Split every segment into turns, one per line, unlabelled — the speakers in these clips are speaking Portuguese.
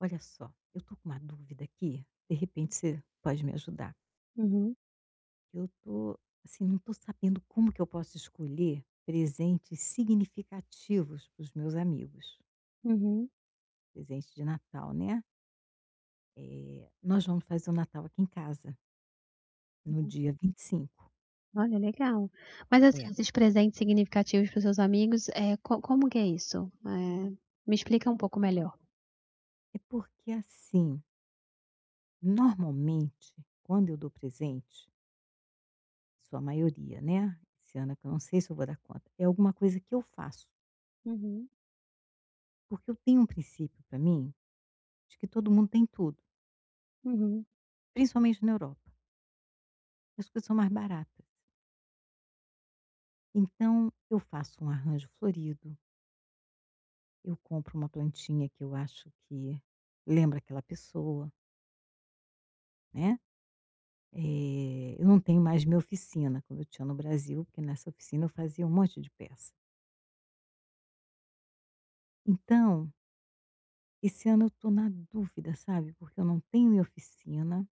Olha só, eu tô com uma dúvida aqui, de repente você pode me ajudar.
Uhum,
Eu tô, assim, não tô sabendo como que eu posso escolher presentes significativos para os meus amigos.
uhum.
Presente de Natal, né. Nós vamos fazer o Natal aqui em casa, no dia 25.
Olha, legal. Mas, assim,
É.
esses presentes significativos para seus amigos, co como que é isso? Me explica um pouco melhor.
É porque, assim, normalmente, quando eu dou presente, sua maioria, né, esse ano é que eu não sei se eu vou dar conta, é alguma coisa que eu faço.
Uhum,
Porque eu tenho um princípio para mim, de que todo mundo tem tudo.
uhum,
Principalmente na Europa. As coisas são mais baratas. Então eu faço um arranjo florido, eu compro uma plantinha que eu acho que lembra aquela pessoa, né. Eu não tenho mais minha oficina, como eu tinha no Brasil, porque nessa oficina eu fazia um monte de peça. Então, esse ano eu estou na dúvida, sabe, porque eu não tenho minha oficina,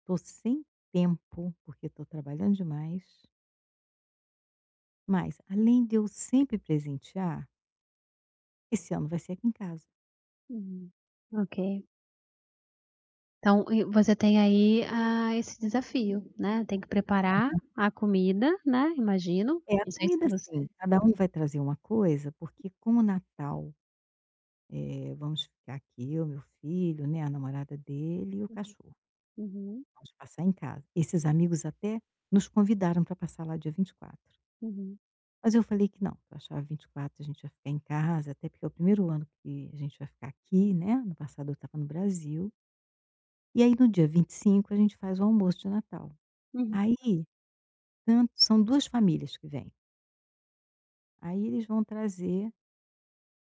estou sem tempo, porque estou trabalhando demais, mas além de eu sempre presentear, esse ano vai ser aqui em casa.
uhum. Ok. Então, e você tem aí, ah, esse desafio, né, tem que preparar a comida, né, imagino,
É, a
não sei se
comida
é
sim,
você.
cada um vai trazer uma coisa, porque como Natal, vamos ficar aqui eu, meu filho, né, a namorada dele e o
Uhum,
cachorro,
uhum,
vamos passar em casa. Esses amigos até nos convidaram para passar lá dia 24,
uhum,
mas eu falei que não, que eu achava 24 a gente ia ficar em casa, até porque é o primeiro ano que a gente vai ficar aqui, né. No passado eu estava no Brasil, e aí no dia 25 a gente faz o almoço de Natal.
uhum.
Aí, tanto são 2 famílias que vêm, aí eles vão trazer.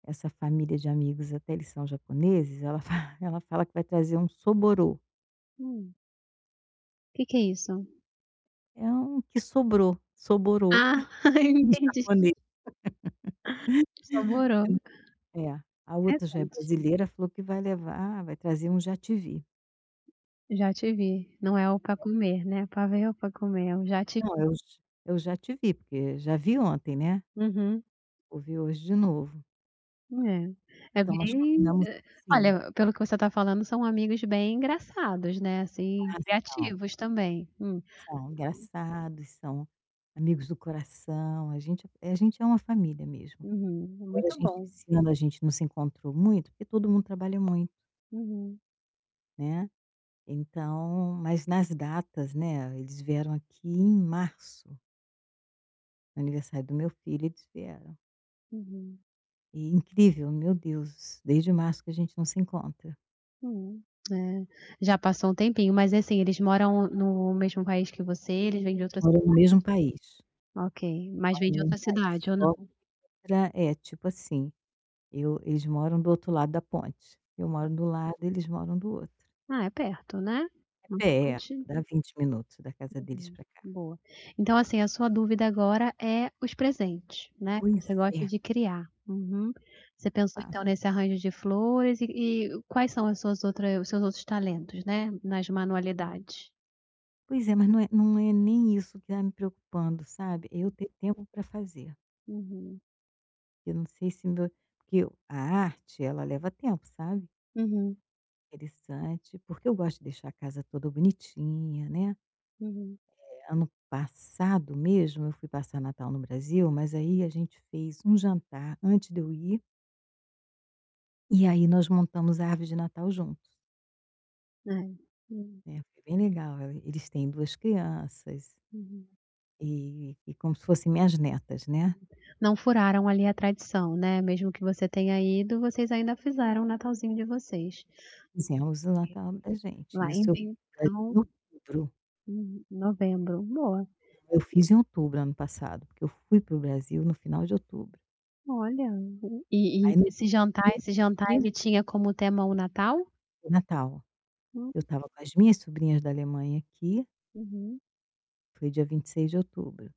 Essa família de amigos, até eles são japoneses, ela fa ela fala que vai trazer um soborô,
Hum, que é isso?
é um que sobrou, soborô
Ah,
em
entendi,
japonês.
saborou,
É, a outra já é
interessante.
brasileira, falou que vai levar ah, vai trazer um jativi.
Já te vi, não é o pra comer, né, pavê é o pra comer, é o já te.
Não, eu já te vi, porque já vi ontem, né,
Uhum,
vou ver hoje de novo.
é. É
Então nós
bem,
combinamos assim.
olha, pelo que você tá falando são amigos bem engraçados, né, assim,
Ah, são,
criativos também.
são engraçados, são amigos do coração, a gente é uma família mesmo.
Uhum,
Agora a
muito
gente
bom.
esse ano a gente não se encontrou muito, porque todo mundo trabalha muito.
Uhum,
Né, então mas nas datas, né, eles vieram aqui em março, no aniversário do meu filho eles vieram.
uhum,
E incrível, meu Deus, desde março que a gente não se encontra.
hum. É, já passou um tempinho, mas assim, eles moram no mesmo país que você, eles vêm de outra ci.
Mora no mesmo país,
Ok, mas
mora
vêm
no
de
mesmo
outra cidade
país.
ou
Só
não?
pra é, tipo assim, eu eles moram do outro lado da ponte, eu moro do lado, eles moram do outro.
Ah, é perto, né?
É perto,
Bastante.
dá 20 minutos da casa deles
Hum,
para cá.
boa. Então, assim, a sua dúvida agora é os presentes, né,
Pois
você
é,
gosta de criar. Uhum. Você pensou então
fácil.
nesse arranjo de flores e quais são as suas outra os seus outros talentos, né, nas manualidades?
Pois é, mas não é nem isso que tá me preocupando, sabe, é eu ter tempo para fazer.
Uhum.
Eu não sei se meu a arte, ela leva tempo, sabe.
Uhum,
Interessante, porque eu gosto de deixar a casa toda bonitinha, né.
uhum.
Ano passado mesmo, eu fui passar Natal no Brasil, mas aí a gente fez um jantar antes de eu ir, e aí nós montamos a árvore de Natal juntos,
É. Hum,
né. Foi bem legal, eles têm 2 crianças,
uhum.
e como se fossem minhas netas, né.
Não furaram ali a tradição, né, mesmo que você tenha ido, vocês ainda fizeram o Natalzinho de vocês,
Fizemos o Natal da gente,
lá em
isso eu fui
então,
para outubro.
uhum, novembro. Boa.
Eu fiz em outubro ano passado, porque eu fui para o Brasil no final de outubro.
Olha, e
Aí no
esse jantar
início
ele tinha como tema o Natal?
do Natal, eu
Hum,
estava com as minhas sobrinhas da Alemanha aqui,
uhum.
foi dia 26 de outubro.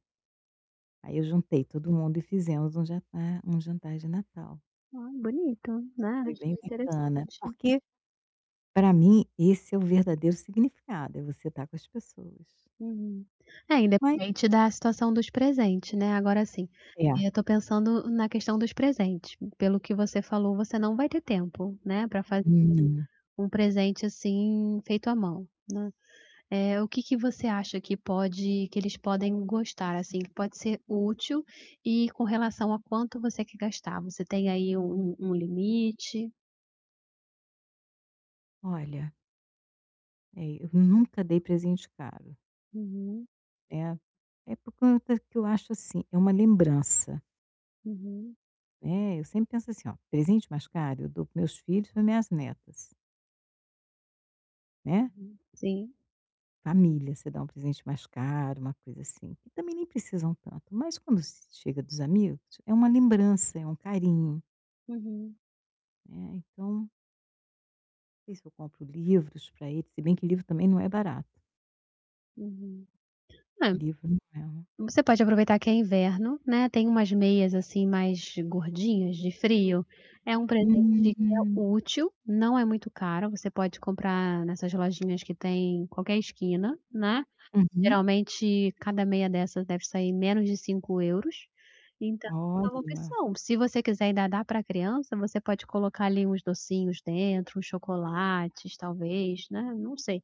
Aí eu juntei todo mundo e fizemos um jantar de Natal.
Ah, bonito, né,
Foi
achei
bem bacana,
interessante.
porque para mim esse é o verdadeiro significado, é você estar com as pessoas.
Uhum. É,
Mas
independente da situação dos presentes, né, agora assim,
é,
eu tô pensando na questão dos presentes, pelo que você falou, você não vai ter tempo, né, para fazer
não,
um presente, assim, feito à mão, né. O que que você acha que pode que eles podem gostar, assim, que pode ser útil e com relação a quanto você quer gastar, você tem aí um limite?
olha, eu nunca dei presente caro,
Uhum,
né. É por conta que eu acho assim, é uma lembrança.
uhum,
Né, eu sempre penso assim: "Ó, presente mais caro eu dou para meus filhos, para minhas netas", né.
uhum. Sim.
Família, você dá um presente mais caro, uma coisa assim, que também nem precisam tanto, mas quando se chega dos amigos, é uma lembrança, é um carinho,
Uhum,
né. Então, não sei se eu compro livros para eles, se bem que livro também não é barato,
uhum. É,
livro não é um.
você pode aproveitar que é inverno, né, tem umas meias, assim, mais gordinhas de frio, é um presente que é
Hum.
útil, não é muito caro, você pode comprar nessas lojinhas que tem em qualquer esquina, né.
Uhum.
Geralmente, cada meia dessas deve sair menos de 5 euros. Então é uma
Olha.
opção. Se você quiser ainda dar para a criança, você pode colocar ali uns docinhos dentro, uns chocolates talvez, né, não sei.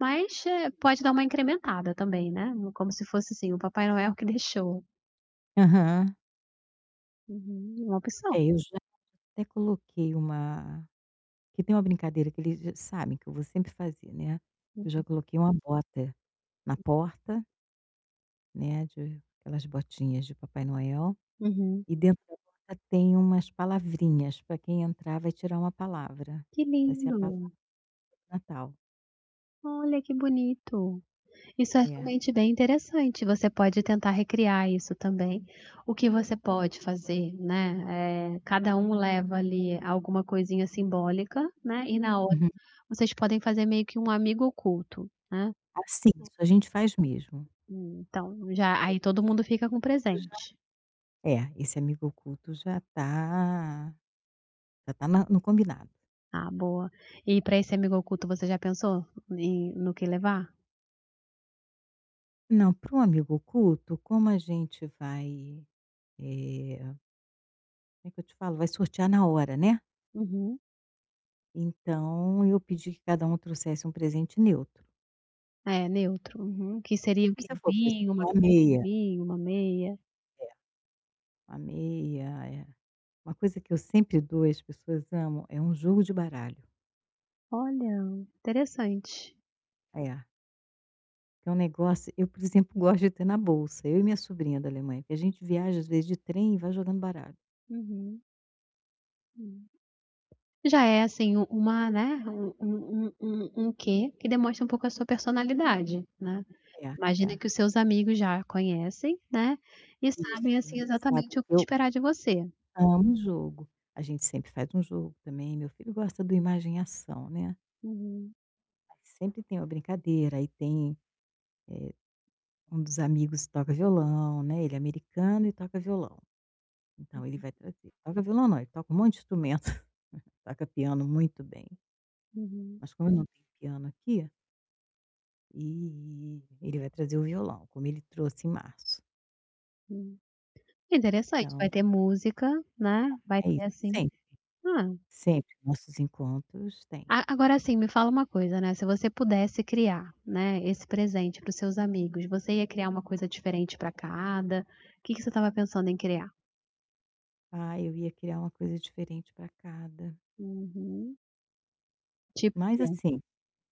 Mas, pode dar uma incrementada também, né, como se fosse, assim, o Papai Noel que deixou.
Aham.
Uhum, uma opção.
É, eu já até coloquei uma que tem uma brincadeira que eles já sabem que eu vou sempre fazer, né. Eu já coloquei uma bota. Na porta, né, de aquelas botinhas de Papai Noel,
Uhum.
e dentro da porta tem umas palavrinhas, para quem entrar vai tirar uma palavra,
Que
vai ser a
lindo.
palavra do Natal.
Olha, que bonito. Isso é
É.
realmente bem interessante, você pode tentar recriar isso também. O que você pode fazer, né, cada um leva ali alguma coisinha simbólica, né, e na hora
Uhum.
vocês podem fazer meio que um amigo oculto, né.
Assim, isso a gente faz mesmo.
Então já aí todo mundo fica com presente.
É, esse amigo oculto já está, já tá na no combinado.
Ah, boa. E para esse amigo oculto você já pensou no que levar?
Não, para um amigo oculto, como a gente vai, como é que eu te falo? Vai sortear na hora, né,
Uhum.
então eu pedi que cada um trouxesse um presente neutro.
É, neutro. Uhum. Que
É.
seria o
Como
quê?
você falou, por
Vinho,
exemplo,
uma
uma
garrafa de
meia,
vinho, uma meia?
é, uma meia, é. Uma coisa que eu sempre dou e as pessoas amam é um jogo de baralho.
Olha, interessante.
É, que é um negócio eu, por exemplo, gosto de ter na bolsa, eu e minha sobrinha da Alemanha, que a gente viaja às vezes de trem e vai jogando baralho.
Uhum. Hum. Já é assim u uma, né, um quê que demonstra um pouco a sua personalidade, né.
É, é,
Imagina que os seus amigos já conhecem, né, e
isso.
sabem, assim,
Eles sabem
exatamente o
que
que
eu
esperar de você.
amo jogo. A gente sempre faz um jogo também, meu filho gosta do imagem e ação, né.
Uhum,
Mas sempre tem uma brincadeira, aí tem um dos amigos que toca violão, né, ele é americano e toca violão. Então ele vai trazer. Toca violão não, ele toca um monte de instrumento, toca piano muito bem,
uhum,
mas como eu não tenho piano aqui, e ele vai trazer o violão, como ele trouxe em março.
hum. Interessante, vai
Então
ter música, né, vai
é isso,
ter assim.
sempre,
Ah,
sempre nossos encontros tem.
a agora assim, me fala uma coisa, né, se você pudesse criar, né, esse presente para os seus amigos, você ia criar uma coisa diferente para cada? O Que que você estava pensando em criar?
Ah, eu ia criar uma coisa diferente para cada.
Uhum. Tipo o
Mas
quê?
assim,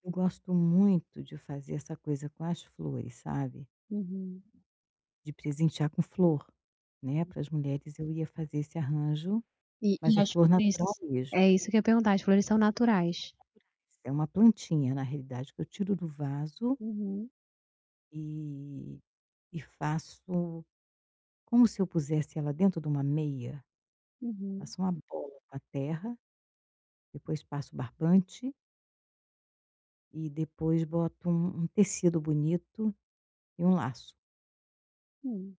eu gosto muito de fazer essa coisa com as flores, sabe,
Uhum.
de presentear com flor, né, para as mulheres eu ia fazer esse arranjo,
E
mas
e
é
as
flor
flores
natural mesmo.
é isso que eu ia perguntar, as flores são naturais?
É uma plantinha, na realidade, que eu tiro do vaso
Uhum,
e faço como se eu pusesse ela dentro de uma meia,
uhum,
faço uma bola com a terra, depois passo barbante e depois boto um tecido bonito e um laço.
hum,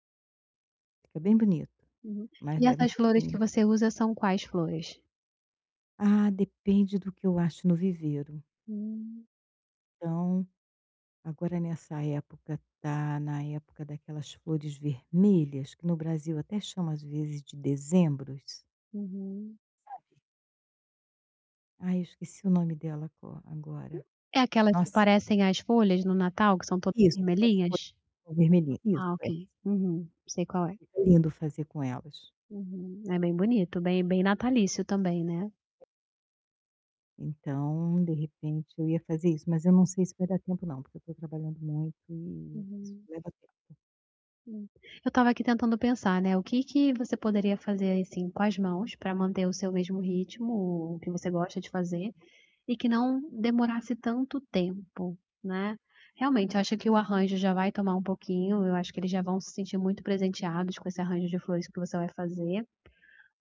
Fica bem bonito,
uhum.
mas
E
leva um
essas flores
tempinho.
que você usa são quais flores?
Ah, depende do que eu acho no viveiro.
Hum,
Então, agora nessa época tá na época daquelas flores vermelhas, que no Brasil até chama às vezes de dezembros.
uhum.
Ai, eu esqueci o nome dela agora.
É aquelas que
Nossa,
parecem as folhas no Natal, que são todas
isso, que é as
vermelhinhas?
folhas ficam vermelhinhas. Isso,
Ah, ok.
é.
Uhum, sei qual é.
Fica lindo fazer com elas.
Uhum. É bem bonito, bem natalício também, né.
Então, de repente, eu ia fazer isso, mas eu não sei se vai dar tempo não, porque eu estou trabalhando muito e isso
Uhum,
leva tempo.
hum. Eu estava aqui tentando pensar, né, o que que você poderia fazer, assim, com as mãos pra manter o seu mesmo ritmo, o que você gosta de fazer e que não demorasse tanto tempo, né. Realmente, acho que o arranjo já vai tomar um pouquinho, eu acho que eles já vão se sentir muito presenteados com esse arranjo de flores que você vai fazer.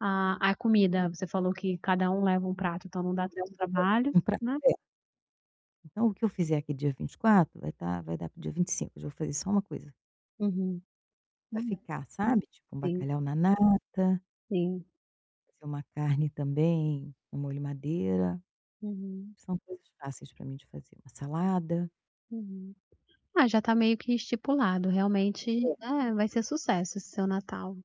A comida, você falou que cada um leva um prato, então não dá
Cada um
tanto
vai trazer
trabalho,
um pra
né.
é. Então o que eu fizer aqui dia 24 vai estar vai dar para dia 25. Eu já vou fazer só uma coisa,
Uhum.
pra
Hum,
ficar, sabe, tipo um
sim,
bacalhau na nata,
sim.
fazer uma carne também, um molho madeira,
Uhum,
são coisas fáceis para mim de fazer, uma salada.
uhum. Ah, já tá meio que estipulado, realmente, é, vai ser sucesso esse seu Natal.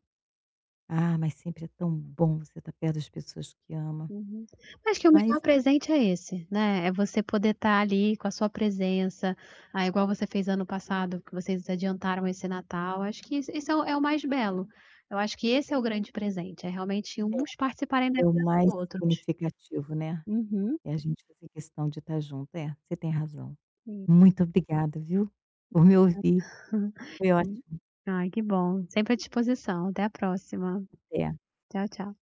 Ah, mas sempre é tão bom você estar perto das pessoas que ama.
Uhum. Acho que o
Mas
melhor presente é esse, né, é você poder estar ali com a sua presença, ah, igual você fez ano passado, que vocês adiantaram esse Natal, acho que isso é o mais belo. Eu acho que esse é o grande presente, é realmente uns participarem da
é, é o
vida
mais
dos outros.
significativo, né,
Uhum,
é a gente fazer questão de estar junto. É, você tem razão.
sim.
Muito obrigada, viu, por me ouvir. Foi ótimo.
Ai, que bom, sempre à disposição, até a próxima.
Até.
Tchau, tchau.